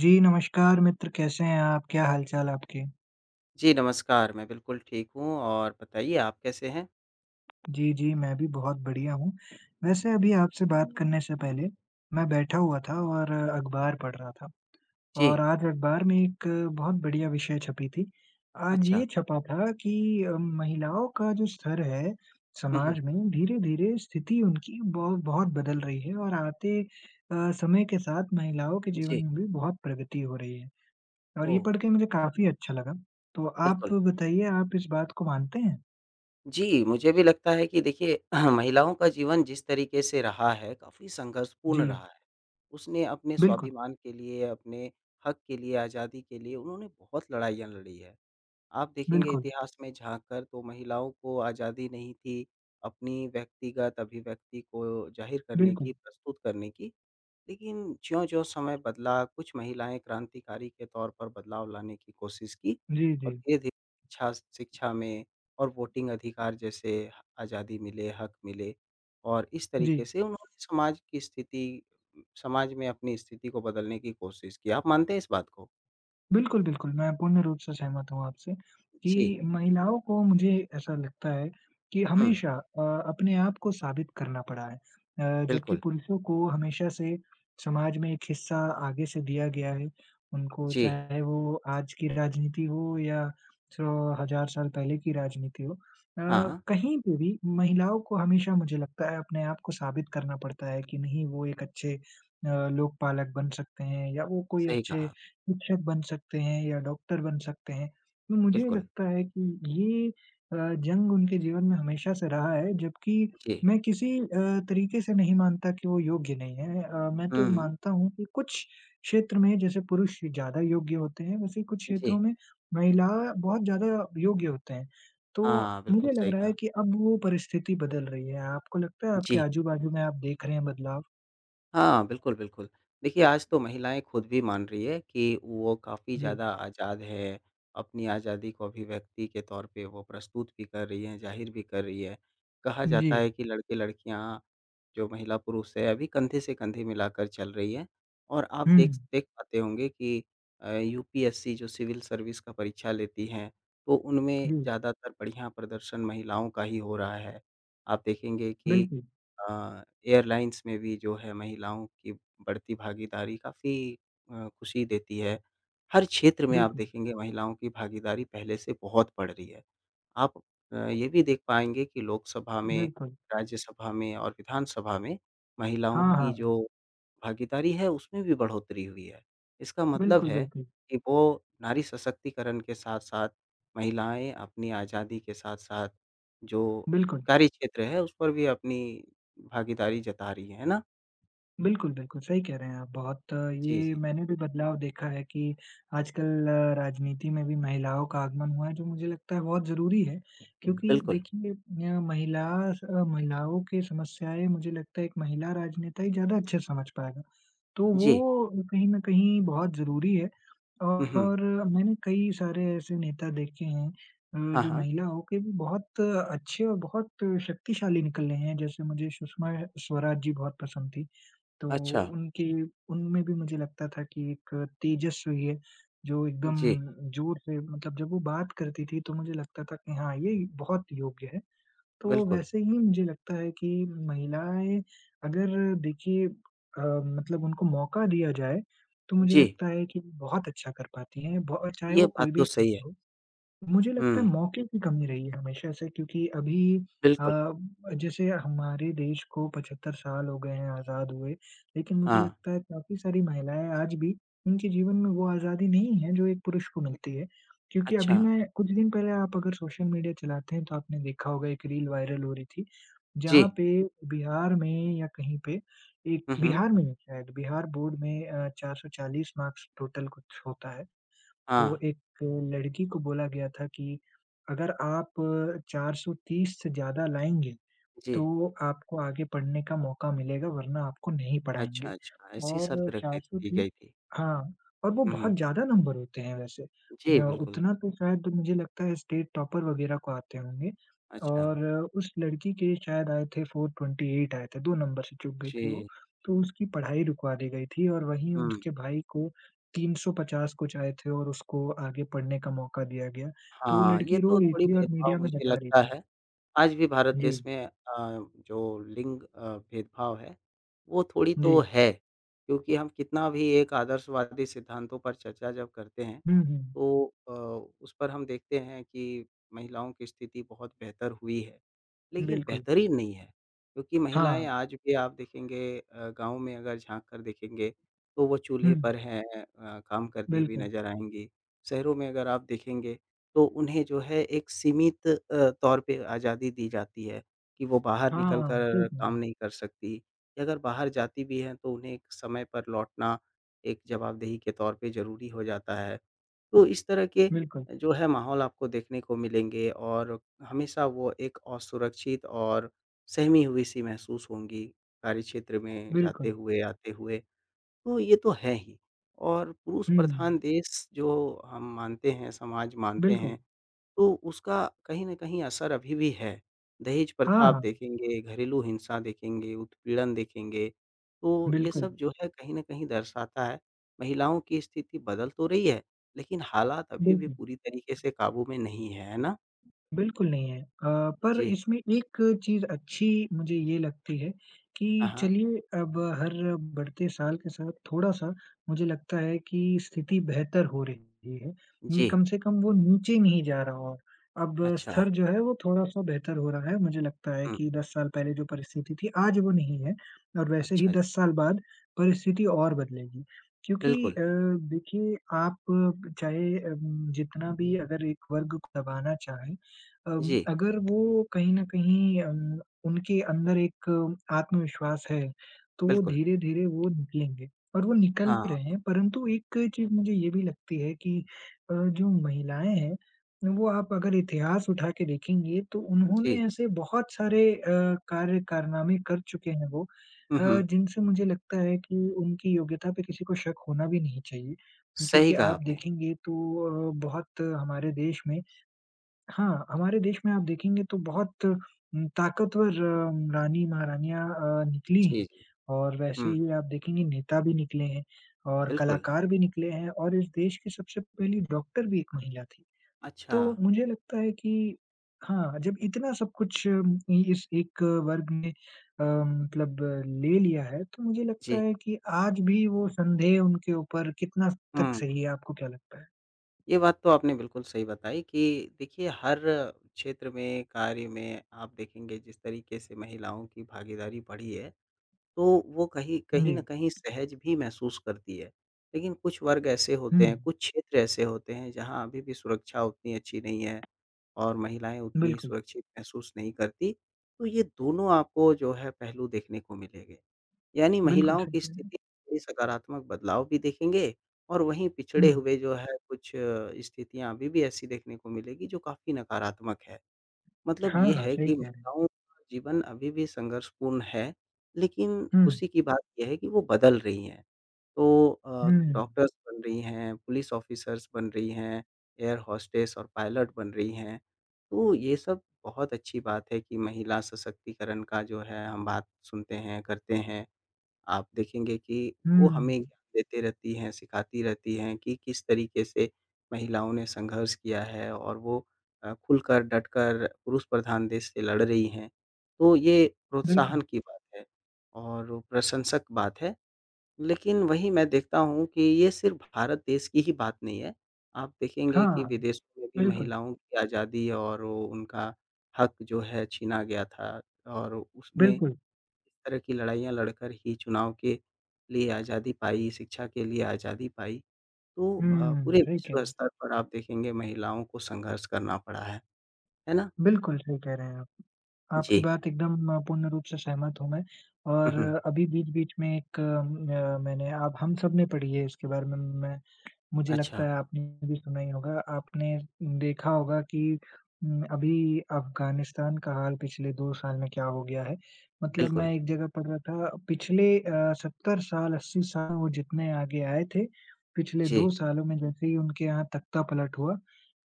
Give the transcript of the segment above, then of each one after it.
जी, नमस्कार मित्र, कैसे हैं आप? क्या हालचाल आपके? जी, नमस्कार। मैं बिल्कुल ठीक हूँ और बताइए आप कैसे हैं? जी, मैं भी बहुत बढ़िया हूँ। वैसे अभी आपसे बात करने से पहले मैं बैठा हुआ था और अखबार पढ़ रहा था और जी, आज अखबार में एक बहुत बढ़िया विषय छपी थी। आज अच्छा। ये छपा था कि महिलाओं का जो स्तर है हुँ, हुँ। समाज में, धीरे-धीरे स्थिति उनकी बहुत बदल रही है और आते समय के साथ महिलाओं के जीवन जी, में भी बहुत प्रगति हो रही है। और ये ओह! पढ़ के मुझे काफ़ी अच्छा लगा। तो आप बिल्कुल। बताइए आप इस बात को मानते हैं? जी, मुझे भी लगता है कि देखिए महिलाओं का जीवन जिस तरीके से रहा है, काफ़ी संघर्षपूर्ण जी, रहा है। उसने अपने बिल्कुल, स्वाभिमान के लिए, अपने हक के लिए, आज़ादी के लिए उन्होंने बहुत लड़ाइयाँ लड़ी है। आप देखेंगे बिल्कुल, इतिहास में झाँक कर तो महिलाओं को आज़ादी नहीं थी, अपनी व्यक्तिगत अभिव्यक्ति को ज़ाहिर करने बिल्कुल। की, प्रस्तुत करने की। लेकिन ज्यों-ज्यों समय बदला, कुछ महिलाएँ क्रांतिकारी के तौर पर बदलाव लाने की कोशिश की जी, और जी, धीरे-धीरे शिक्षा शिक्षा में और वोटिंग अधिकार जैसे आज़ादी मिले, हक मिले और इस जी। तरीके से उन्होंने समाज में अपनी स्थिति को बदलने की कोशिश की। आप मानते हैं इस बात को? बिल्कुल, मैं पूर्ण रूप से सहमत हूँ आपसे जी। कि महिलाओं को मुझे ऐसा लगता है कि हुँ, हमेशा अ, अपने आप को साबित करना पड़ा है। जबकि बिल्कुल। पुरुषों को हमेशा से समाज में एक हिस्सा आगे से दिया गया है। उनको जी। चाहे वो आज की राजनीति हो या सौ हज़ार साल पहले की राजनीति हो हाँ, कहीं पे भी महिलाओं को हमेशा मुझे लगता है अपने आप को साबित करना पड़ता है कि नहीं वो एक अच्छे लोकपालक बन सकते हैं या वो कोई सही अच्छे कहा। शिक्षक बन सकते हैं या डॉक्टर बन सकते हैं। तो मुझे बिल्कुल। लगता है कि ये जंग उनके जीवन में हमेशा से रहा है, जबकि जी। मैं किसी तरीके से नहीं मानता कि वो योग्य नहीं है। मैं तो हुँ, मानता हूँ कि कुछ क्षेत्र में जैसे पुरुष ज़्यादा योग्य होते हैं, वैसे कुछ जी। क्षेत्रों में महिला बहुत ज़्यादा योग्य होते हैं। तो हाँ, बिल्कुल मुझे लग सही रहा है कहा। कि अब वो परिस्थिति बदल रही है। आपको लगता है आपके जी। आजू-बाजू में आप देख रहे हैं बदलाव? हाँ, बिल्कुल, बिल्कुल। देखिए, आज तो महिलाएँ खुद भी मान रही है कि वो काफ़ी जी। ज़्यादा आज़ाद है, अपनी आज़ादी को अभिव्यक्ति के तौर पे वो प्रस्तुत भी कर रही हैं, ज़ाहिर भी कर रही है। कहा जी। जाता है कि लड़के-लड़कियाँ, जो महिला-पुरुष है, अभी कंधे से कंधे मिलाकर चल रही है और आप हुँ। देख देख पाते होंगे कि यूपीएससी जो सिविल सर्विस का परीक्षा लेती हैं, तो उनमें जी। ज़्यादातर बढ़िया प्रदर्शन महिलाओं का ही हो रहा है। आप देखेंगे कि बिल्कुल, अ, एयरलाइंस में भी जो है महिलाओं की बढ़ती भागीदारी काफ़ी खुशी देती है। हर क्षेत्र में आप बिल्कुल, देखेंगे महिलाओं की भागीदारी पहले से बहुत बढ़ रही है। आप ये भी देख पाएँगे कि लोकसभा में, बिल्कुल। राज्यसभा में और विधानसभा में हाँ, महिलाओं हाँ। की हाँ। जो भागीदारी है, उसमें भी बढ़ोतरी हुई है। इसका मतलब है बिल्कुल। कि वो नारी सशक्तिकरण के साथ-साथ महिलाएँ अपनी आज़ादी के साथ-साथ जो बिल्कुल, कार्य क्षेत्र है, उस पर भी अपनी भागीदारी जता रही हैं, है ना? बिल्कुल, सही कह रहे हैं आप बहुत जी, ये जी। मैंने भी बदलाव देखा है कि आजकल राजनीति में भी महिलाओं का आगमन हुआ है जो मुझे लगता है बहुत ज़रूरी है। क्योंकि बिल्कुल। देखिए स महिलाओं की समस्याएँ मुझे लगता है एक महिला राजनेता ही ज़्यादा अच्छे से समझ पाएगा। तो जी। वो कहीं न कहीं बहुत ज़रूरी है हुँ, हुँ। और मैंने कई सारे ऐसे नेता देखे हैं हाँ, जो हाँ। महिला होके भी बहुत अच्छे और बहुत शक्तिशाली निकले हैं। जैसे मुझे सुषमा स्वराज जी बहुत पसंद थी, तो अच्छा। उनकी उनमें भी मुझे लगता था कि एक तेजस्वी है, जो एकदम जी, जोर से मतलब जब वो बात करती थी तो मुझे लगता था कि हाँ, ये बहुत योग्य है। तो बिल्कुल। वैसे ही मुझे लगता है कि महिलाएँ अगर देखिए मतलब उनको मौका दिया जाए, तो मुझे जी, लगता है कि बहुत अच्छा कर पाती हैं, भ चाहे ये वो बात कोई तो भी सही क्षेत्र है। हो। मुझे हुँ, लगता है मौके की कमी रही है हमेशा से क्योंकि अभी बिल्कुल। अ, जैसे हमारे देश को 75 साल हो गए हैं आज़ाद हुए, लेकिन मुझे हाँ, लगता है काफ़ी सारी महिलाएँ आज भी उनके जीवन में वो आज़ादी नहीं है जो एक पुरुष को मिलती है। क्योंकि अभी अच्छा। मैं कुछ दिन पहले आप अगर सोशल मीडिया चलाते हैं तो आपने देखा होगा एक रील वायरल हो रही थी, जहाँ जी। पे बिहार में या कहीं पे एक हुँ, हुँ। बिहार में नहीं शायद बिहार बोर्ड में 440 मार्क्स टोटल कुछ होता है। तो हाँ, एक लड़की को बोला गया था कि अगर आप 430 से ज़्यादा लाएँगे, जी। तो आपको आगे पढ़ने का मौका मिलेगा वरना आपको नहीं अच्छा, पढ़ाएँगे। अच्छा, ऐसी शर्त और रख गई दी 430 गई थी। हाँ, और वो हुँ, हुँ। बहुत ज़्यादा नंबर होते हैं वैसे। जी, न बिल्कुल। उतना तो शायद मुझे लगता है स्टेट टॉपर वगैरह को आते होंगे अच्छा, और उस लड़की के शायद आए थे 428 आए थे, 2 नंबर से चूक गई थी वो। जी। तो उसकी पढ़ाई रुकवा दी गई थी और वहीं हुँ, उसके भाई को 350 कुछ आए थे और उसको आगे पढ़ने का मौका दिया गया। तो वो हाँ, ये लड़की रो तो रही थोड़ी थी और भेदभाव मीडिया में मुझे बता रही लगता थी। है। आज भी भारत जी, देश में जो लिंग भेदभाव है, वो थोड़ी जी। तो है, क्योंकि हम कितना भी एक आदर्शवादी सिद्धांतों पर चर्चा जब करते हैं, हुँ, हुँ। तो उस पर हम देखते हैं कि महिलाओं की स्थिति बहुत बेहतर हुई है। लेकिन बिल्कुल, बेहतरीन नहीं है, क्योंकि महिलाएँ हाँ। आज भी आप देखेंगे गाँव में अगर झाँक कर देखेंगे, तो वो हुँ, चूल्हे पर हैं काम करती हुई बिल्कुल। नज़र आएँगी। शहरों में अगर आप देखेंगे, तो उन्हें जो है एक सीमित तौर पे आज़ादी दी जाती है, कि वो बाहर निकल हाँ, सही कर कह रहे काम हैं। नहीं कर सकती। या अगर बाहर जाती भी हैं, तो उन्हें एक समय पर लौटना एक जवाबदेही के तौर पे ज़रूरी हो जाता है। तो इस तरह के बिल्कुल, जो है माहौल आपको देखने को मिलेंगे और हमेशा वो एक असुरक्षित और सहमी हुई-सी महसूस होंगी, कार्यक्षेत्र में जाते बिल्कुल। हुए, आते हुए। तो ये तो है ही और पुरुष हुँ, प्रधान देश जो हम मानते हैं, समाज मानते बिल्कुल। हैं तो उसका कहीं न कहीं असर अभी भी है। दहेज प्रथा हाँ, आप हाँ। देखेंगे, घरेलू हिंसा देखेंगे, उत्पीड़न देखेंगे, तो ये बिल्कुल, सब जो है कहीं न कहीं दर्शाता है, महिलाओं की स्थिति बदल तो रही है, लेकिन हालात अभी भी बिल्कुल, पूरी तरीके से काबू में नहीं है, है ना? बिल्कुल नहीं है। पर जी। इसमें एक चीज़ अच्छी मुझे ये लगती है कि हाँ, हाँ। चलिए अब हर बढ़ते साल के साथ थोड़ा-सा मुझे लगता है कि स्थिति बेहतर हो रही है। जी। कम से कम वो नीचे नहीं जा रहा और अब अच्छा। स्तर जो है वो थोड़ा-सा बेहतर हो रहा है। मुझे लगता है हुँ। कि 10 साल पहले जो परिस्थिति थी आज वो नहीं है और वैसे ही अच्छा 10 जी। साल बाद परिस्थिति और बदलेगी। क्योंकि बिल्कुल। देखिए आप चाहे जितना भी अगर एक वर्ग को दबाना चाहे जी, अगर वो कहीं न कहीं उनके अंदर एक आत्मविश्वास है, तो वो बिल्कुल। धीरे-धीरे वो निकलेंगे और वो निकल हाँ, भी रहे हैं। परंतु एक चीज़ मुझे ये भी लगती है कि जो महिलाएँ हैं, वो आप अगर इतिहास उठा के देखेंगे तो उन्होंने जी। ऐसे बहुत सारे कार्य कारनामे कर चुके हैं वो हुँ, हुँ। जिनसे मुझे लगता है कि उनकी योग्यता पे किसी को शक होना भी नहीं चाहिए। सही क्योंकि कहा आप आपने। देखेंगे तो अ, बहुत हमारे देश में हाँ, हमारे देश में आप देखेंगे तो बहुत ताकतवर रानी महारानियाँ निकली जी, हैं जी। और वैसे हुँ, ही आप देखेंगे नेता भी निकले हैं और बिल्कुल। कलाकार भी निकले हैं और इस देश की सबसे पहली डॉक्टर भी एक महिला थी। अच्छा। तो मुझे लगता है कि हाँ, जब इतना सब कुछ इ इस एक वर्ग ने मतलब ले लिया है, तो मुझे लगता जी। है कि आज भी वो संदेह उनके ऊपर कितना तक हुँ। सही है, आपको क्या लगता है? ये बात तो आपने बिल्कुल सही बताई कि देखिए हर क्षेत्र में, कार्य में आप देखेंगे जिस तरीके से महिलाओं की भागीदारी बढ़ी है, तो वो कहीं कहीं जी। न कहीं सहज भी महसूस करती है। लेकिन कुछ वर्ग ऐसे हुँ, होते हैं, कुछ क्षेत्र ऐसे होते हैं जहाँ अभी भी सुरक्षा उतनी अच्छी नहीं है और महिलाएँ उतनी बिल्कुल। सुरक्षित महसूस नहीं करती। तो ये दोनों आपको जो है पहलू देखने को मिलेंगे। यानी बिल्कुल, महिलाओं सही की कह रहे हैं। स्थिति में सकारात्मक बदलाव भी देखेंगे और वहीं हुँ। पिछड़े हुए जो है कुछ स्थितियाँ अभी भी ऐसी देखने को मिलेगी जो काफ़ी नकारात्मक है। मतलब हाँ, ये हाँ, है सही कि कह रहे हैं। महिलाओं का जीवन अभी भी संघर्षपूर्ण है, लेकिन हुँ, खुशी की बात ये है कि वो बदल रही हैं। तो हुँ, डॉक्टर्स बन रही हैं, पुलिस ऑफ़िसर्स बन रही हैं, एयर होस्टेस और पायलट बन रही हैं। तो ये सब बहुत अच्छी बात है कि महिला सशक्तिकरण का जो है हम बात सुनते हैं, करते हैं। आप देखेंगे कि वो हमें हुँ, ज्ञान देते रहती हैं, सिखाती रहती हैं कि किस तरीके से महिलाओं ने संघर्ष किया है और वो खुलकर, डटकर पुरुष प्रधान देश से लड़ रही हैं। तो ये बिल्कुल। प्रोत्साहन की बात है और प्रशंसक बात है। लेकिन वही मैं देखता हूँ कि ये सिर्फ़ भारत देश की ही बात नहीं है। आप देखेंगे कि हाँ, विदेशों में भी बिल्कुल, महिलाओं की आज़ादी और वो उनका हक जो है छीना गया था और उसने बिल्कुल। इस तरह की लड़ाइयाँ लड़कर ही चुनाव के लिए आज़ादी पाई, शिक्षा के लिए आज़ादी पाई। तो पूरे सही कह विश्व रहे हैं। स्तर पर आप देखेंगे महिलाओं को संघर्ष करना पड़ा है ना? बिल्कुल सही कह रहे हैं आप। आपकी जी। बात एकदम पूर्ण रूप से सहमत हूँ मैं हुँ, और हुँ। अभी बीच-बीच में एक मैंने अब हम सब ने पढ़ी है इसके बारे में मैं मुझे लगता अच्छा, है आपने भी सुना ही होगा। आपने देखा होगा कि अभी अफ़गानिस्तान का हाल पिछले 2 साल में क्या हो गया है। मतलब मैं बिल्कुल। एक जगह पढ़ रहा था पिछले 70 साल, 80 साल वो जितने आगे आए थे, पिछले 2 जी। सालों में जैसे ही उनके यहाँ तख्ता-पलट हुआ,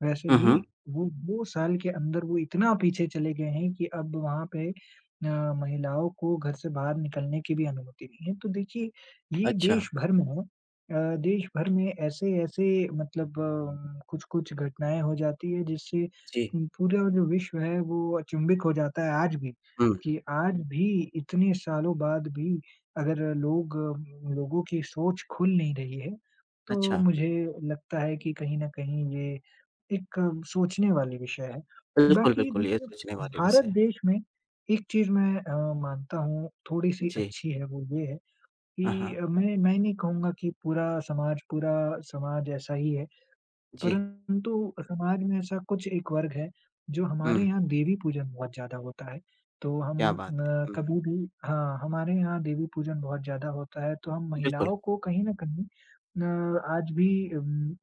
वैसे हुँ, ही हुँ। वो 2 साल के अंदर वो इतना पीछे चले गए हैं कि अब वहाँ पे महिलाओं को घर से बाहर निकलने की भी अनुमति नहीं है। तो देखिए, ये अच्छा। देश भर में है। देश भर में ऐसे-ऐसे मतलब कुछ-कुछ घटनाएँ हो जाती है जिससे जी। पूरा जो विश्व है वो अचंभित हो जाता है आज भी, हुँ। कि आज भी इतने सालों बाद भी अगर लोग लोगों की सोच खुल नहीं रही है, तो अच्छा। मुझे लगता है कि कहीं न कहीं ये एक सोचने वाली विषय है। बिल्कुल, बाकी बिल्कुल, ये देखिए सोचने वाले विषय भारत हैं। देश में एक चीज़ मैं मानता हूँ थोड़ी-सी जी। अच्छी है वो ये है हाँ, कि हाँ। मैं नहीं कहूँगा कि पूरा समाज ऐसा ही है, जी। परंतु समाज में ऐसा कुछ एक वर्ग है, जो हमारे हुँ, यहाँ देवी-पूजन बहुत ज़्यादा होता है। तो क्या हम बात है। हुँ, कभी भी हाँ, हमारे यहाँ देवी-पूजन बहुत ज़्यादा होता है, तो हम बिल्कुल। महिलाओं को कहीं न कहीं आज भी उम,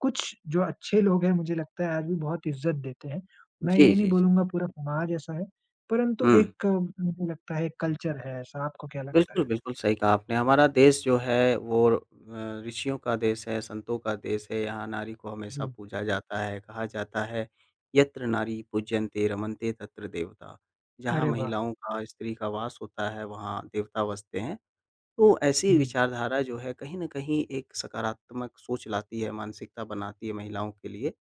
कुछ जो अच्छे लोग हैं, मुझे लगता है आज भी बहुत इज़्ज़त देते हैं। मैं जी, ये नहीं जी, जी। बोलूँगा पूरा समाज ऐसा है, परंतु हुँ। एक मुझे लगता है कल्चर है ऐसा। आपको क्या लगता बिल्कुल, है? बिल्कुल सही कहा आपने। हमारा देश जो है वो ऋषियों का देश है, संतों का देश है। यहाँ नारी को हमेशा जी। पूजा जाता है, कहा जाता है यत्र नारी पूज्यन्ते रमन्ते तत्र देवता। जहाँ अरे वाह! महिलाओं का, स्त्री का वास होता है वहाँ देवता बसते हैं। तो ऐसी जी, विचारधारा जो है कहीं न कहीं एक सकारात्मक सोच लाती है, मानसिकता बनाती है महिलाओं के लिए।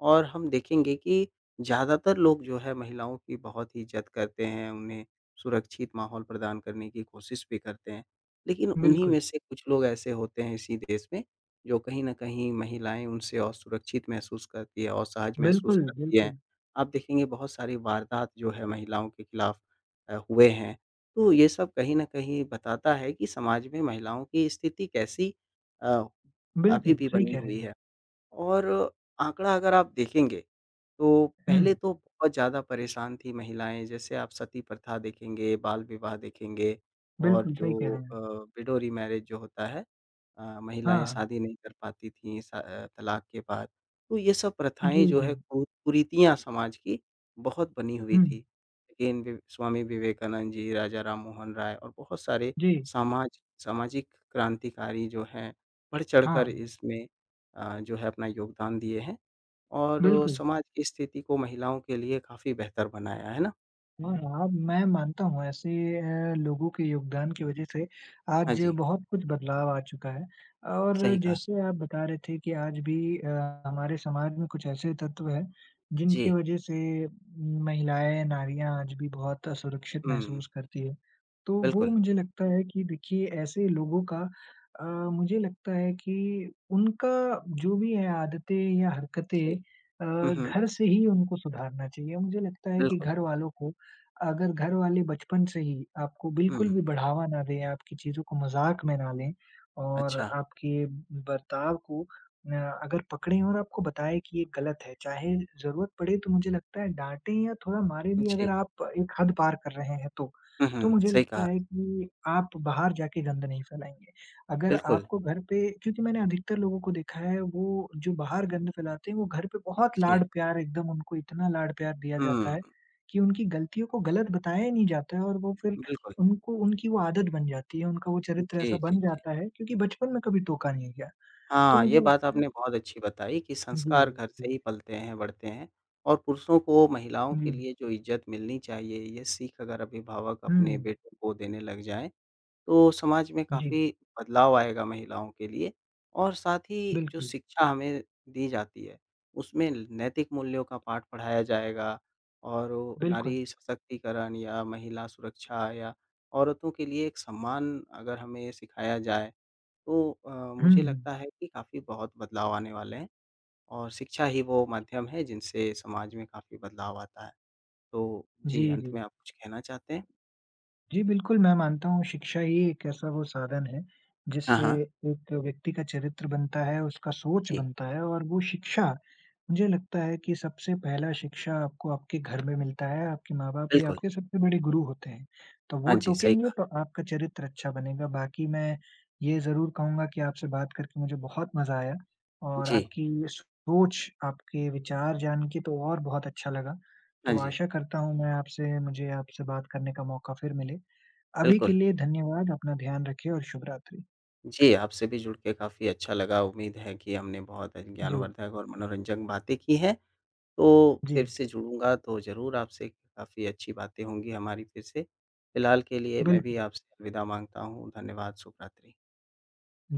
और हम देखेंगे कि ज़्यादातर लोग जो है महिलाओं की बहुत ही इज़्ज़त करते हैं, उन्हें सुरक्षित माहौल प्रदान करने की कोशिश भी करते हैं। लेकिन उन्हीं बिल्कुल, में से कुछ लोग ऐसे होते हैं इसी देश में, जो कहीं न कहीं महिलाएँ उनसे असुरक्षित महसूस करती है, असहज महसूस बिल्कुल, करती हैं। बिल्कुल, आप देखेंगे बहुत सारी वारदात जो है महिलाओं के खिलाफ हुए हैं। तो ये सब कहीं न कहीं बताता है कि समाज में महिलाओं की स्थिति कैसी अ, अभी भी सही बनी कह रहे हुई हैं आप। है। और आंकड़ा अगर आप देखेंगे, तो हुँ, पहले तो बहुत ज़्यादा परेशान थी महिलाएँ, जैसे आप सती प्रथा देखेंगे, बाल विवाह देखेंगे और बिल्कुल सही कह जो रहे हैं। विडो रीमैरिज जो होता है हाँ, महिलाएँ हाँ। शादी नहीं कर पाती थीं तलाक के बाद। तो ये सब जी, प्रथाएँ जो जी। है कु कुरीतियाँ समाज की बहुत बनी हुई हुँ, थी। लेकिन वि स्वामी विवेकानंद जी, राजा राम मोहन राय और बहुत सारे जी, समाज सामाजिक क्रांतिकारी जो हैं, बढ़ चढ़कर हाँ, इसमें जो है अपना योगदान दिए हैं। और बिल्कुल। समाज की स्थिति को महिलाओं के लिए काफ़ी बेहतर बनाया, है ना? हाँ, मैं मानता हूँ ऐसे लोगों के योगदान की वज़ह से हाँ आज जी, बहुत कुछ बदलाव आ चुका है और सही कहा। जैसे आप बता रहे थे कि आज भी हमारे समाज में कुछ ऐसे तत्व हैं, जिनकी जी, वज़ह से महिलाएँ, नारियाँ आज भी बहुत असुरक्षित हुँ, महसूस करती हैं। तो वो बिल्कुल। मुझे लगता है कि देखिए ऐसे लोगों का अ, मुझे लगता है कि उनका जो भी है आदतें या हरकतें जी, अ, हुँ, हुँ, घर से ही उनको सुधारना चाहिए। मुझे लगता है कि बिल्कुल, घर वालों को अगर घर वाले बचपन से ही आपको हुँ, बिल्कुल भी बढ़ावा ना दें, आपकी चीज़ों को मज़ाक में ना लें और अच्छा, आपके बर्ताव को अगर पकड़ें और आपको बताएँ कि ये गलत है, चाहे ज़रूरत पड़े तो मुझे लगता है डाँटें या थोड़ा मारें भी जी, अगर आप एक हद पार कर रहे हैं तो। हुँ, हुँ, तो मुझे सही लगता कहा, है कि आप बाहर जाके गंद नहीं फैलाएँगे। अगर बिल्कुल, आपको घर पे क्योंकि मैंने अधिकतर लोगों को देखा है वो जो बाहर गंद फैलाते हैं, वो घर पे बहुत जी, लाड-प्यार एकदम उनको इतना लाड-प्यार दिया जाता है हुँ, कि उनकी गलतियों को गलत बताया ही नहीं जाता है और वो फिर बिल्कुल, उनको उनकी वो आदत बन जाती है, उनका वो चरित्र जी, ऐसा जी, बन जी। जाता है क्योंकि बचपन में कभी टोका नहीं गया। तो हाँ, मुझे ये बात लगता है आपने बहुत अच्छी बताई कि संस्कार घर से जी, ही पलते हैं, बढ़ते हैं और पुरुषों को महिलाओं के जी। लिए जो इज़्ज़त मिलनी चाहिए, ये सीख अगर अभिभावक अपने हुँ, बेटों को देने लग जाएँ तो समाज में जी, काफ़ी बदलाव आएगा महिलाओं के लिए और साथ ही जो बिल्कुल, शिक्षा हमें दी जाती है, उसमें नैतिक मूल्यों का पाठ पढ़ाया जाएगा और वो बिल्कुल। नारी सशक्तिकरण या महिला सुरक्षा या औरतों के लिए एक सम्मान अगर हमें सिखाया जाए, तो हुँ, मुझे हुँ। लगता है कि काफ़ी बहुत बदलाव आने वाले हैं और शिक्षा ही वो माध्यम है जिनसे समाज में काफ़ी बदलाव आता है। तो जी, जी, अंत जी। में आप कुछ कहना चाहते हैं? जी, बिल्कुल, मैं मानता हूँ शिक्षा ही एक ऐसा वो साधन है, हाँ, जिससे हाँ। एक व्यक्ति का चरित्र बनता है, उसका सोच जी, बनता है और वो शिक्षा मुझे लगता है कि सबसे पहला शिक्षा आपको आपके घर में मिलता है, आपके माँ-बाप ही बिल्कुल। आपके सबसे बड़े गुरु होते हैं। तो वो हाँ जी, सही टोकेंगे कहा। तो आपका चरित्र अच्छा बनेगा, बाकी मैं ये ज़रूर कहूँगा कि आपसे बात करके मुझे बहुत मज़ा आया और जी। आपकी सोच, आपके विचार जान के तो और बहुत अच्छा लगा। हाँ तो जी, आशा करता हूँ मैं आपसे मुझे आपसे बात करने का मौका फिर मिले। अभी के बिल्कुल। लिए धन्यवाद, अपना ध्यान रखिए और शुभ रात्रि। जी, आपसे भी जुड़ के काफ़ी अच्छा लगा। उम्मीद है कि हमने बहुत जी, ज्ञानवर्धक और मनोरंजक बातें की हैं। तो जी। फिर से जुड़ूँगा तो ज़रूर आपसे काफ़ी अच्छी बातें होंगी हमारी फिर से। फिलहाल के लिए मैं भी बिल्कुल। आपसे अलविदा माँगता हूँ। धन्यवाद, शुभ रात्रि।